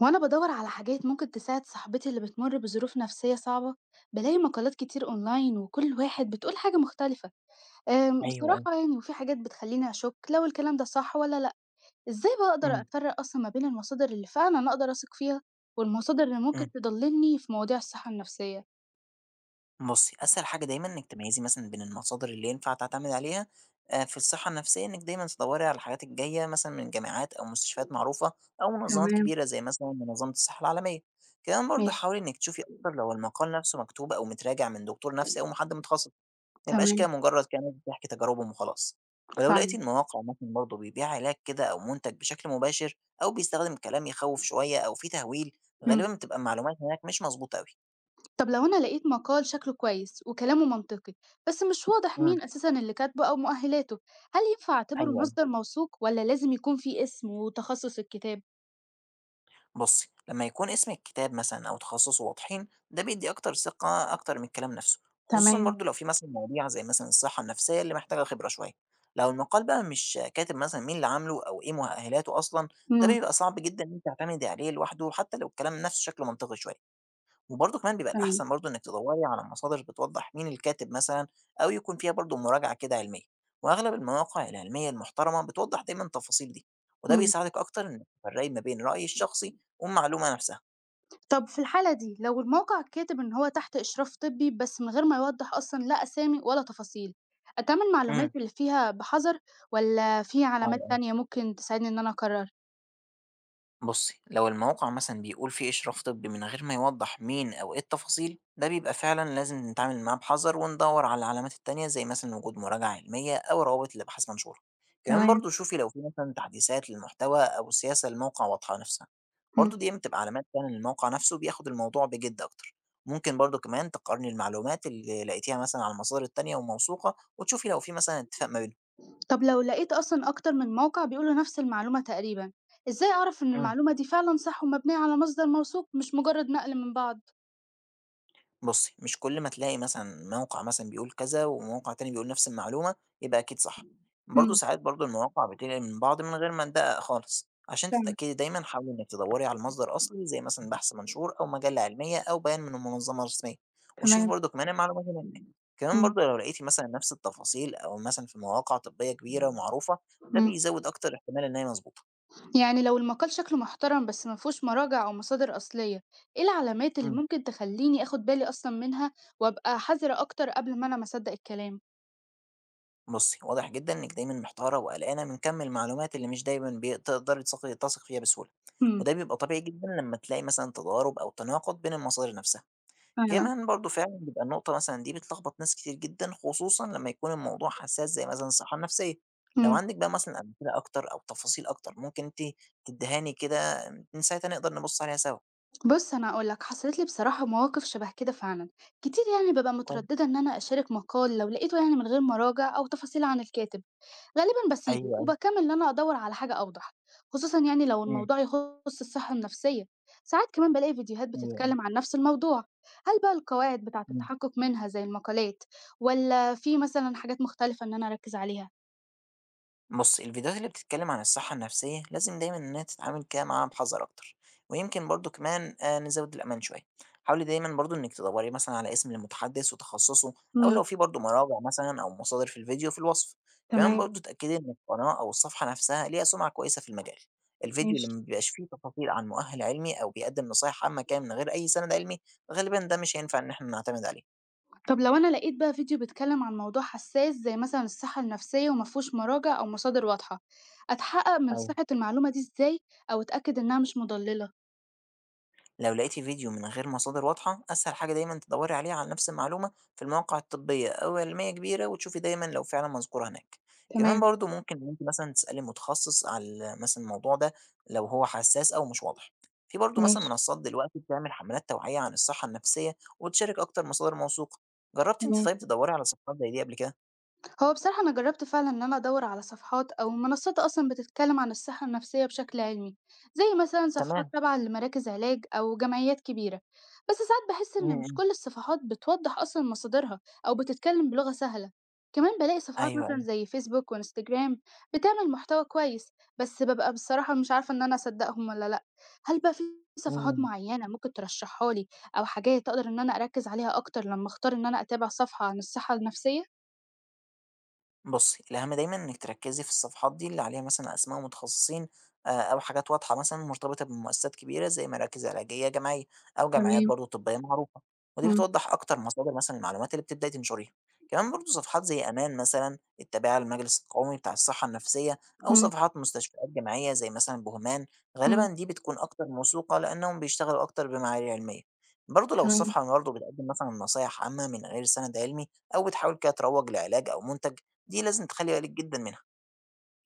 وأنا بدور على حاجات ممكن تساعد صاحبتي اللي بتمر بظروف نفسية صعبة. بلاقي مقالات كتير أونلاين وكل واحد بتقول حاجة مختلفة. أيوه، أيوه. بصراحة يعني وفي حاجات بتخليني أشك لو الكلام ده صح ولا لأ. إزاي بقى أقدر إمم، أفرق أصلا ما بين المصادر اللي فعلا أنا أقدر أثق فيها والمصادر اللي ممكن إمم. تضللني في مواضيع الصحة النفسية؟ بُصّي، أسهل حاجة دايمًا إنِّك تميّزي مثلًا بين المصادر اللي ينفع تعتمدي عليها في الصحة النفسية، إنِّك دايمًا تدوّري على الحاجات الجاية مثلًا من جامعات أو مستشفيات معروفة أو منظمات تمام. كبيرة زي مثلًا منظمة الصحة العالمية. كمان برضه ماشي. حاولي إنِّك تشوفي أكتر لو المقال نفسه مكتوب أو متراجع من دكتور نفسي أو من حد متخصص، ما يبقاش كده تمام. مجرّد كده ناس بتحكي تجاربهم وخلاص. ولو لقيتِ فعلا. إن مواقع مثلًا برضه بيبيع علاج كده أو منتج بشكل مباشر أو بيستخدم كلام يخوّف شوية أو فيه تهويل، مم. غالبًا بتبقى المعلومات هناك مش مضبوطة أوي. طب لو أنا لقيت مقال شكله كويس وكلامه منطقي بس مش واضح إمم. مين أساسا اللي كاتبه أو مؤهلاته، هل ينفع أعتبره أيوه، أيوه. مصدر موثوق ولا لازم يكون فيه اسم وتخصص الكتاب؟ بُصّي، لمّا يكون اسم الكتاب مثلًا أو تخصُّصه واضحين، ده بيدّي أكتر ثقة أكتر من الكلام نَفْسه، خصوصًا تمام. برضه لو في مثلًا مواضيع زي مثلًا الصحّة النَفْسية اللي محتاجة خبرة شوية. لو المقال بقى مش كاتب مثلًا مين اللي عامله أو إيه مؤهلاته أصلًا، ده امم. بيبقى صعب جدًا إن أنتِ تعتمدي عليه لوحده حتّى لو الكلام نَفْسه شكله منطقي شوية. وبرضه كمان بيبقى تمام. الأحسن برضه إنِّك تدوّري على مصادر بتوضّح مين الكاتب مثلًا أو يكون فيها برضه مراجعة كده علمية، وأغلب المواقع العلمية المحترمة بتوضّح دايمًا التفاصيل دي، وده امم. بيساعدِك أكتر إنِّك تفرّقي ما بين الرأي الشخصي والمعلومة نفسها. طب في الحالة دي لو الموقع كاتب إن هو تحت إشراف طبي بس من غير ما يوضح أصلا لا أسامي ولا تفاصيل، أتعامل المعلومات إمم. اللي فيها بحذر ولا في علامات آه. تانية ممكن تساعدني إن أنا أقرر؟ بصي لو الموقع مثلا بيقول فيه إشراف طبي من غير ما يوضح مين أو إيه التفاصيل ده بيبقى فعلا لازم نتعامل معاه بحذر وندور على العلامات التانية زي مثلا وجود مراجعة علمية أو روابط لأبحاث منشورة. كمان تمام. برضو شوفي لو في مثلا تحديثات للمحتوى أو السياسة الموقع واضحة نفسها. مم. برضو دي بتبقى علامات فعلا الموقع نفسه بياخد الموضوع بجد أكتر. ممكن برضو كمان تقارني المعلومات اللي لقيتيها مثلا على المصادر التانية وموثوقة وتشوفي لو في مثلا اتفاق ما طب لو لقيت أصلا أكتر من موقع بيقولوا نفس المعلومة تقريبا، إزاي أعرف إن بينهم. المعلومة دي فعلا صح ومبنية على مصدر موثوق مش مجرد نقل من بعض؟ بُصّي، مش كل ما تلاقي مثلًا موقع مثلًا بيقول كذا، وموقع تاني بيقول نفس المعلومة، يبقى أكيد صح. برضه امم. ساعات برضه المواقع بتنقل من بعض من غير ما ندقق خالص. عشان فعلا. تتأكدي دايمًا حاولي إنِّك تدوّري على مصدر أصلي، زي مثلًا بحث منشور أو مجلة علمية أو بيان من منظمة رسمية، وشوفي تمام. برضه كمان المعلومات هناك. كمان امم. برضه لو لقيتِ مثلًا نفس التفاصيل أو مثلًا في مواقع طبية كبيرة ومعروفة، ده امم. بيزود أكتر احتمال إن هي مضبوطة. يعني لو المقال شكله محترم بس ما فيهوش مراجع أو مصادر أصلية، إيه العلامات اللي إمم. ممكن تخليني آخد بالي أصلا منها وأبقى حذرة أكتر قبل ما أنا ما أصدق الكلام؟ بُصّي، واضح جدًا إنِّك دايمًا محتارة وقلقانة من كَم المعلومات اللي مش دايمًا تقدري تثقي فيها بسهولة، امم. وده بيبقى طبيعي جدًا لمّا تلاقي مثلًا تضارب أو تناقض بين المصادر نفسها. فعلا. كمان برضه فعلًا بيبقى النقطة مثلًا دي بتلخبط ناس كتير جدًا، خصوصًا لمّا يكون الموضوع حساس زي مثلًا الصحة النفسية. لو امم. عندِك بقى مثلًا أمثلة أكتر أو تفاصيل أكتر ممكن أنتِ تدّيهاني كده من ساعتها نقدر نبُص عليها سوا. بص، انا اقول لك حصلت لي بصراحه مواقف شبه كده فعلا كتير، يعني ببقى طيب. متردده ان انا اشارك مقال لو لقيته يعني من غير مراجع او تفاصيل عن الكاتب. غالبا أيوه، بسيبه أيوه. وبكمل ان انا ادور على حاجه اوضح، خصوصا يعني لو إمم، الموضوع يخص الصحه النفسيه. ساعات كمان بلاقي فيديوهات أيوه، أيوه. بتتكلم عن نفس الموضوع، هل بقى القواعد بتاعه إمم. التحقق منها زي المقالات ولا في مثلا حاجات مختلفه ان انا اركز عليها؟ بُص، الفيديوهات اللي بتتكلم عن الصحة النفسية لازم دايمًا إنها تتعامل كده معاها بحذر أكتر، ويمكن برضه كمان نزود الأمان شوية، حاولي دايمًا برضه إنِّك تدوّري مثلًا على اسم المتحدث وتخصصه، أو امم. لو في برضه مراجع مثلًا أو مصادر في الفيديو في الوصف، كمان تمام. برضه اتأكدي إن القناة أو الصفحة نفسها ليها سمعة كويسة في المجال، الفيديو اللي ماشي. ما بيبقاش فيه تفاصيل عن مؤهل علمي أو بيقدم نصايح عامة كده من غير أي سند علمي، غالبًا ده مش هينفع إن إحنا نعتمد عليه. طب لو أنا لقيت بقى فيديو بيتكلم عن موضوع حساس زي مثلا الصحة النفسية ومفهوش مراجع أو مصادر واضحة، أتحقق من أيوه. صحة المعلومة دي إزاي أو أتأكد إنها مش مضللة؟ لو لقيتي فيديو من غير مصادر واضحة أسهل حاجة دايما تدوري عليها على نفس المعلومة في المواقع الطبية أو علمية كبيرة وتشوفي دايما لو فعلا مذكورة هناك. كمان تمام. برضو ممكن إن انت مثلا تسألي متخصص على مثلا الموضوع ده لو هو حساس أو مش واضح. في برضو مثلا ماشي. منصات دلوقتي بتعمل حملات توعية عن الصحة النفسية وتشارك أكتر مصادر موثوقة. جربتي انت تمام. طيب تدوري على صفحات زي دي قبل كده؟ هو بصراحة أنا جربت فعلا إن أنا أدور على صفحات أو منصات أصلا بتتكلم عن الصحة النفسية بشكل علمي، زي مثلا صفحات تمام. تابعة لمراكز علاج أو جمعيات كبيرة. بس ساعات بحس م- إن مش م. كل الصفحات بتوضح أصلا مصادرها أو بتتكلم بلغة سهلة. كمان بلاقي صفحات أيوه مثلا أيوه. زي فيسبوك وانستجرام بتعمل محتوى كويس، بس ببقى بصراحة مش عارفة إن أنا أصدقهم ولا لأ. هل بقى في م- صفحات م. معينة ممكن ترشحها لي أو حاجات أقدر إن أنا أركز عليها أكتر لما أختار إن أنا أتابع صفحة عن الصحة النفسية؟ بُصّي، الأهم دايمًا إنِّك تركّزي في الصفحات دي اللي عليها مثلًا أسماء متخصصين أو حاجات واضحة مثلًا مرتبطة بمؤسسات كبيرة زي مراكز علاجية جامعية أو جمعيات تمام. برضه طبية معروفة، ودي إمم. بتوضّح أكتر مصادر مثلًا المعلومات اللي بتبدئي تنشريها. كمان برضه صفحات زي أمان مثلًا التابعة للمجلس القومي بتاع الصحة النفسية أو إمم. صفحات مستشفيات جامعية زي مثلًا بُهمان، غالبًا إمم. دي بتكون أكتر موثوقة لإنّهم بيشتغلوا أكتر بمعايير علمية. برضه لو تمام. الصفحة برضه بتقدّم مثلًا نصايح عامة من غير سَنَد علمي أو بتحاول كده تروّج لعلاج أو منتج دي لازم تخلّي بالِك جدًا منها.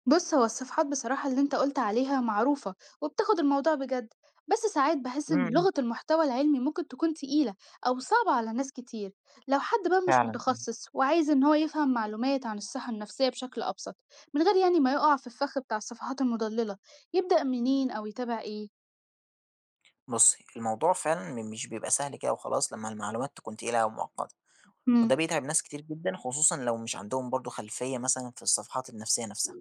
بُص، هو الصفحات بصراحة اللي أنت قُلت عليها معروفة وبتاخد الموضوع بجد، بس ساعات باحس إن إمم، لغة المحتوى العلمي ممكن تكون تقيلة أو صعبة على ناس كتير. لو حد بقى مش فعلًا، إمم. متخصص وعايز إن هو يفهم معلومات عن الصحة النفسية بشكل أبسط، من غير يعني ما يقع في الفخ بتاع الصفحات المضللة، يبدأ منين أو يتابع إيه؟ بُصّي، الموضوع فعلًا مش بيبقى سهل كده وخلاص لمّا المعلومات تكون تقيلة أو مُعقّدة، إمم. وده بيتعب ناس كتير جدًا خصوصًا لو مش عندهم برضه خلفية مثلًا في الصفحات النفسية نفسها،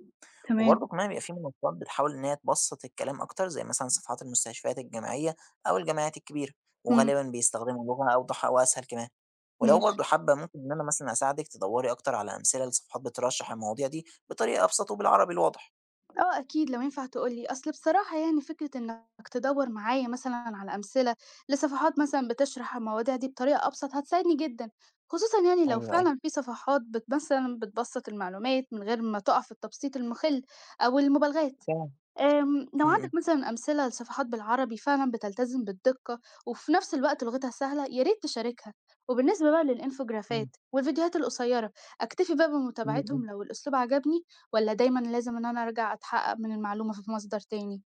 تمام. وبرضه كمان بيبقى في منصّات بتحاول إن هي تبسّط الكلام أكتر زي مثلًا صفحات المستشفيات الجامعية أو الجمعيات الكبيرة، إمم. وغالبًا بيستخدموا لغة أوضح أو أسهل كمان، ولو ماشي. برضه حابة ممكن إن أنا مثلًا أساعدِك تدوّري أكتر على أمثلة لصفحات بترشّح المواضيع دي بطريقة أبسط وبالعربي الواضح. آه أكيد لو ينفع تقول لي، أصل بصراحة يعني فكرة إنك تدوّر معايا مثلًا على أمثلة لصفحات مثلًا بتشرح المواضيع دي بطريقة أبسط هتساعدني جدًا، خصوصًا يعني لو أيوه، أيوه، فعلًا في صفحات مثلًا بتبسّط المعلومات من غير ما تُقع في التبسيط المُخِل أو المبالغات. فعلًا. لو إمم، عندك إمم. مثلًا أمثلة لصفحات بالعربي فعلًا بتلتزم بالدقة، وفي نفس الوقت لغتها سهلة، يا ريت تشاركها. وبالنسبة بقى للإنفوجرافات إمم. والفيديوهات القصيرة، أكتفي بقى إمم، إمم. بمتابعتهم لو الأسلوب عجبني، والّا دايمًا لازم إن أنا أرجع أتحقق من المعلومة في مصدر تاني؟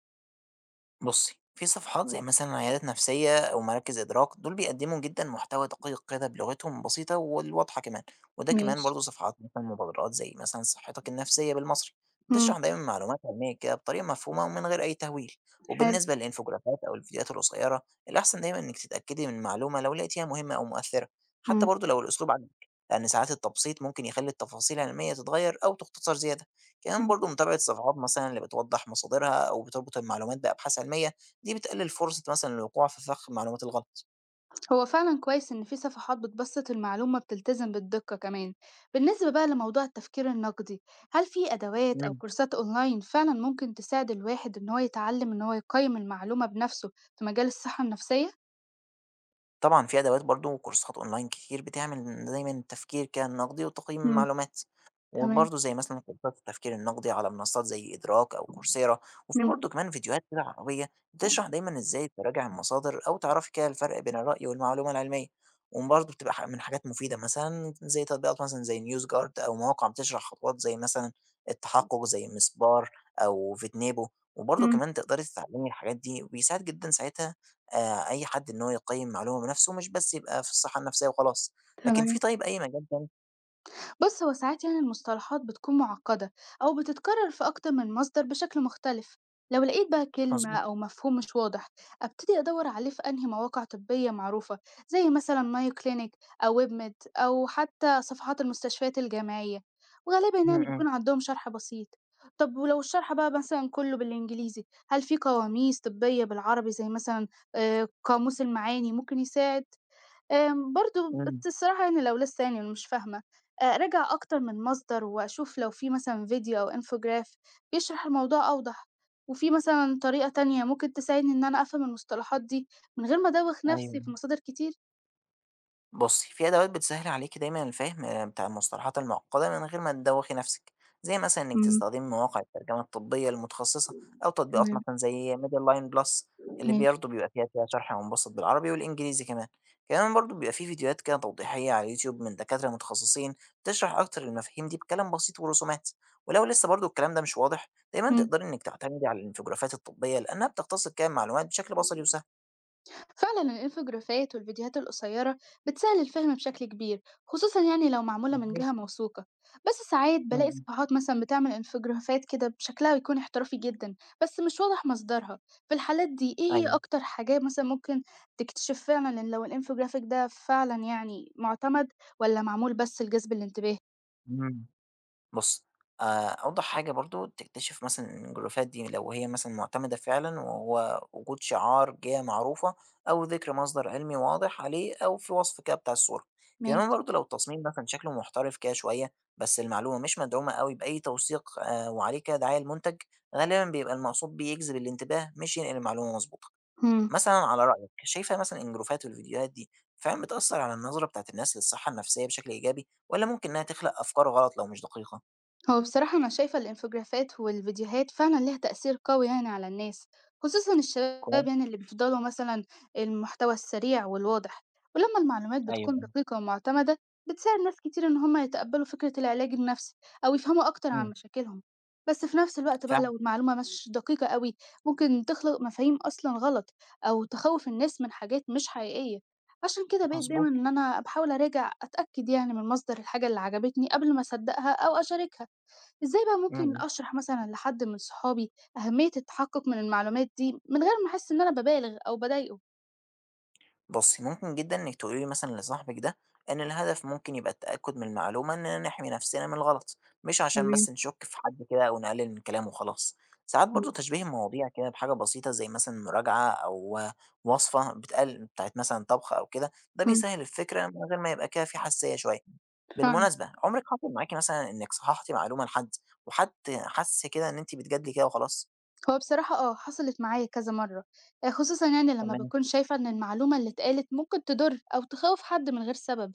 بُصّي، في صفحات زي مثلًا عيادات نفسية أو مراكز إدراك، دول بيقدّموا جدًا محتوى دقيق كده بلغتهم بسيطة والواضحة كمان، وده كمان ماشي. برضه صفحات مثلًا مبادرات زي مثلًا صحتك النفسية بالمصري، إمم. بتشرح دايمًا معلومات علمية كده بطريقة مفهومة ومن غير أي تهويل، حلو. وبالنسبة للإنفوجرافات أو الفيديوهات القصيرة، الأحسن دايمًا إنِّك تتأكدي من المعلومة لو لقيتيها مهمة أو مؤثرة، حتى إمم. برضه لو الأسلوب عاجبِك، لأن ساعات التبسيط ممكن يخلّي التفاصيل العلمية تتغير أو تختصر زيادة. كمان إمم. برضه متابعة صفحات مثلًا اللي بتوضّح مصادرها أو بتربط المعلومات بأبحاث علمية، دي بتقلل فرصة مثلًا الوقوع في فخ المعلومات الغلط. هو فعلا كويس إن في صفحات بتبسط المعلومة بتلتزم بالدقة كمان. بالنسبة بقى لموضوع التفكير النقدي، هل في أدوات أو إمم. كورسات أونلاين فعلا ممكن تساعد الواحد إن هو يتعلم إن هو يقيم المعلومة بنفسه في مجال الصحة النفسية؟ طبعًا في أدوات برضه وكورسات أونلاين كتير بتعمل دايمًا تفكير كده نقدي وتقييم مم. معلومات، تمام. وبرضه زي مثلًا كورسات التفكير النقدي على منصات زي إدراك أو كورسيرا، وفي مم. برضه كمان فيديوهات كده عربية بتشرح دايمًا إزاي تراجع المصادر أو تعرفي كده الفرق بين الرأي والمعلومة العلمية، وبرضه بتبقى من حاجات مفيدة مثلًا زي تطبيقات مثلًا زي News Guard أو مواقع بتشرح خطوات زي مثلًا التحقق زي مسبار أو فيتنيبو، وبرضه مم. كمان تقدري تتعلمي الحاجات دي وبيساعد جدًا ساعتها أي حد إن هو يقيّم معلومة بنفسه، مش بس يبقى في الصحة النفسية وخلاص، لكن في تمام. طيب أي مجال تاني. بص، هو ساعات يعني المصطلحات بتكون معقدة أو بتتكرر في أكتر من مصدر بشكل مختلف. لو لقيت بقى كلمة مضبوط، أو مفهوم مش واضح، أبتدي أدور عليه في أنهي مواقع طبية معروفة زي مثلا مايو كلينيك أو ويب ميد أو حتى صفحات المستشفيات الجامعية، وغالبا إمم، يعني إمم، بيكون عندهم شرح بسيط. طب ولو الشرح بقى مثلا كله بالإنجليزي، هل في قواميس طبية بالعربي زي مثلا قاموس المعاني ممكن يساعد؟ آمم برضه إمم، بس الصراحة يعني لو لسه يعني مش فاهمة، راجع أكتر من مصدر وأشوف لو في مثلًا فيديو أو infograph بيشرح الموضوع أوضح، وفي مثلًا طريقة تانية ممكن تساعدني إن أنا أفهم المصطلحات دي من غير ما أدوّخ أيوه. نَفْسي في مصادر كتير؟ بُصّي، في أدوات بتسهّل عليكِ دايمًا الفهم آه، بتاع المصطلحات المعقدة من غير ما تدوّخي نفسِك، زي مثلًا إنِّك إمم. تستخدمي مواقع الترجمة الطبية المتخصصة أو تطبيقات تمام. مثلًا زي Medline Plus اللي ماشي. برضه بيبقى فيها كده شرح مبسط بالعربي والإنجليزي كمان، كمان برضه بيبقى في فيديوهات كده توضيحية على اليوتيوب من دكاترة متخصصين تشرح أكتر المفاهيم دي بكلام بسيط ورسومات، ولو لسه برضه الكلام ده مش واضح، دايمًا إمم. تقدري إنِّك تعتمدي على الإنفوجرافات الطبية لإنها بتختصر كده المعلومات بشكل بصري وسهل. فعلا الانفوجرافات والفيديوهات القصيرة بتسهل الفهم بشكل كبير، خصوصا يعني لو معمولة من مضبوط. جهة موثوقة. بس ساعات إمم، بلاقي إمم، صفحات مثلا بتعمل انفوجرافات كده بشكلها بيكون احترافي جدا بس مش واضح مصدرها. في الحالات دي ايه هي أيوه، اكتر حاجة مثلا ممكن تكتشف فعلا لو الانفوجرافيك ده فعلا يعني معتمد ولا معمول بس لجذب الانتباه؟ إمم. بُص، أوضح حاجة برضه تكتشف مثلًا إن الجروبات دي لو هي مثلًا مُعتمدة فعلًا وهو وجود شعار جهة معروفة أو ذِكر مصدر علمي واضح عليه أو في وصف كده بتاع الصورة. كمان ماشي. برضه لو التصميم مثلًا شكله محترف كده شوية، بس المعلومة مش مدعومة أوي بأي توثيق وعليه كده دعاية لمنتج، غالبًا بيبقى المقصود بيه يجذب الانتباه مش ينقل المعلومة مضبوطة. مم. مثلًا على رأيك، شايفة مثلًا إن الجروبات والفيديوهات دي فعلًا بتأثّر على النظرة بتاعة الناس للصحة النفسية بشكل إيجابي والّا ممكن إنها تخلق أفكار غلط لو مش دقيقة؟ هو بصراحة أنا شايفة الإنفوجرافات والفيديوهات فعلا ليها تأثير قوي يعني على الناس، خصوصا الشباب كويس، يعني اللي بيفضلوا مثلا المحتوى السريع والواضح. ولما المعلومات أيوه، بتكون أيوه، دقيقة ومعتمدة بتساعد ناس كتير إن هما يتقبلوا فكرة العلاج النفسي أو يفهموا أكتر إمم، عن مشاكلهم. بس في نفس الوقت بقى فعلًا لو المعلومة مش دقيقة قوي ممكن تخلق مفاهيم أصلا غلط أو تخوف الناس من حاجات مش حقيقية. عشان كده بقيت دايما مضبوط، إن أنا بحاول أراجع أتأكد يعني من مصدر الحاجة اللي عجبتني قبل ما أصدقها أو أشاركها. إزاي بقى إمم، ممكن إمم. أشرح مثلًا لحد من صحابي أهمية التحقق من المعلومات دي، من غير ما أحس إن أنا بابالغ أو باضايقه؟ بُصّي، ممكن جدًا إنِّك تقولي مثلًا لصاحبِك ده إن الهدف ممكن يبقى التأكد من المعلومة إننا نحمي نفسنا من الغلط، مش عشان تمام. بس نشُك في حد كده أو نقلل من كلامه وخلاص. ساعات إمم. برضه تشبيه المواضيع كده بحاجة بسيطة زي مثلًا مراجعة أو وصفة بتقل بتاعة مثلًا طبخ أو كده، ده إمم. بيسهّل الفكرة من غير ما يبقى كده في حساسية شوية. فعلًا. بالمناسبة، عمرِك حصل معاكِ مثلًا إنِّك صححتِ معلومة لحد وحد حَس كده إن أنتِ بتجادلي كده وخلاص؟ هو بصراحة حصلت معايا كذا مرّة، خصوصًا يعني لمّا تمام، باكون شايفة إن المعلومة اللي اتقالت ممكن تضر أو تخوّف حد من غير سبب.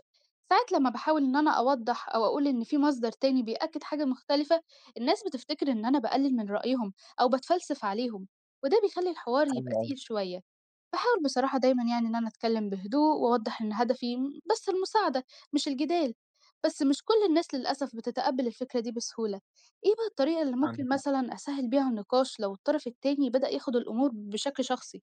ساعات لمّا باحاول إن أنا أوضّح أو أقول إن في مصدر تاني بيأكد حاجة مختلفة، الناس بتفتكر إن أنا باقلل من رأيهم أو باتفلسف عليهم، وده بيخلّي الحوار أيوه، يبقى أيوه، تقيل شوية. باحاول بصراحة دايمًا يعني إن أنا أتكلّم بهدوء وأوضّح إن هدفي بس المساعدة مش الجدال، بس مش كل الناس للأسف بتتقبّل الفكرة دي بسهولة. إيه بقى الطريقة اللي عندِك ممكن حق. مثلًا أسهّل بيها النقاش لو الطرف التاني بدأ ياخد الأمور بشكل شخصي؟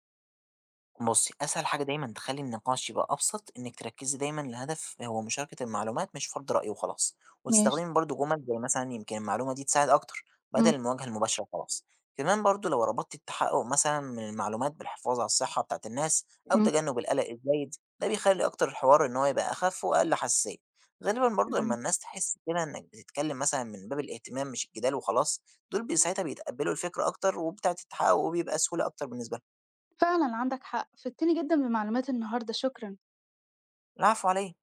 بُصّي، أسهل حاجة دايمًا تخلّي النقاش يبقى أبسط، إنِّك تركّزي دايمًا الهدف هو مشاركة المعلومات مش فرض رأي وخلاص، ماشي. وتستخدمي برضه جُمل زي مثلًا يمكن المعلومة دي تساعد أكتر، بدل إمم. المواجهة المباشرة وخلاص. كمان برضه لو ربطتِ التحقق مثلًا من المعلومات بالحفاظ على الصحة بتاعة الناس أو إمم. تجنب القلق الزايد، ده بيخلّي أكتر الحوار إن هو يبقى أخف وأقل حساسية. غالبًا برضه لمّا إمم. الناس تحس كده إنِّك بتتكلم مثلًا من باب الاهتمام مش الجدال وخلاص، دول ساعتها بيتقبّلوا الفكرة أكتر وبتاعة التحقق وبيبقى سهولة أكتر بالنسبة لهم. فعلًا عندك حق، فدتني جدًا بمعلومات النهارده، شكرًا. العفو على إيه؟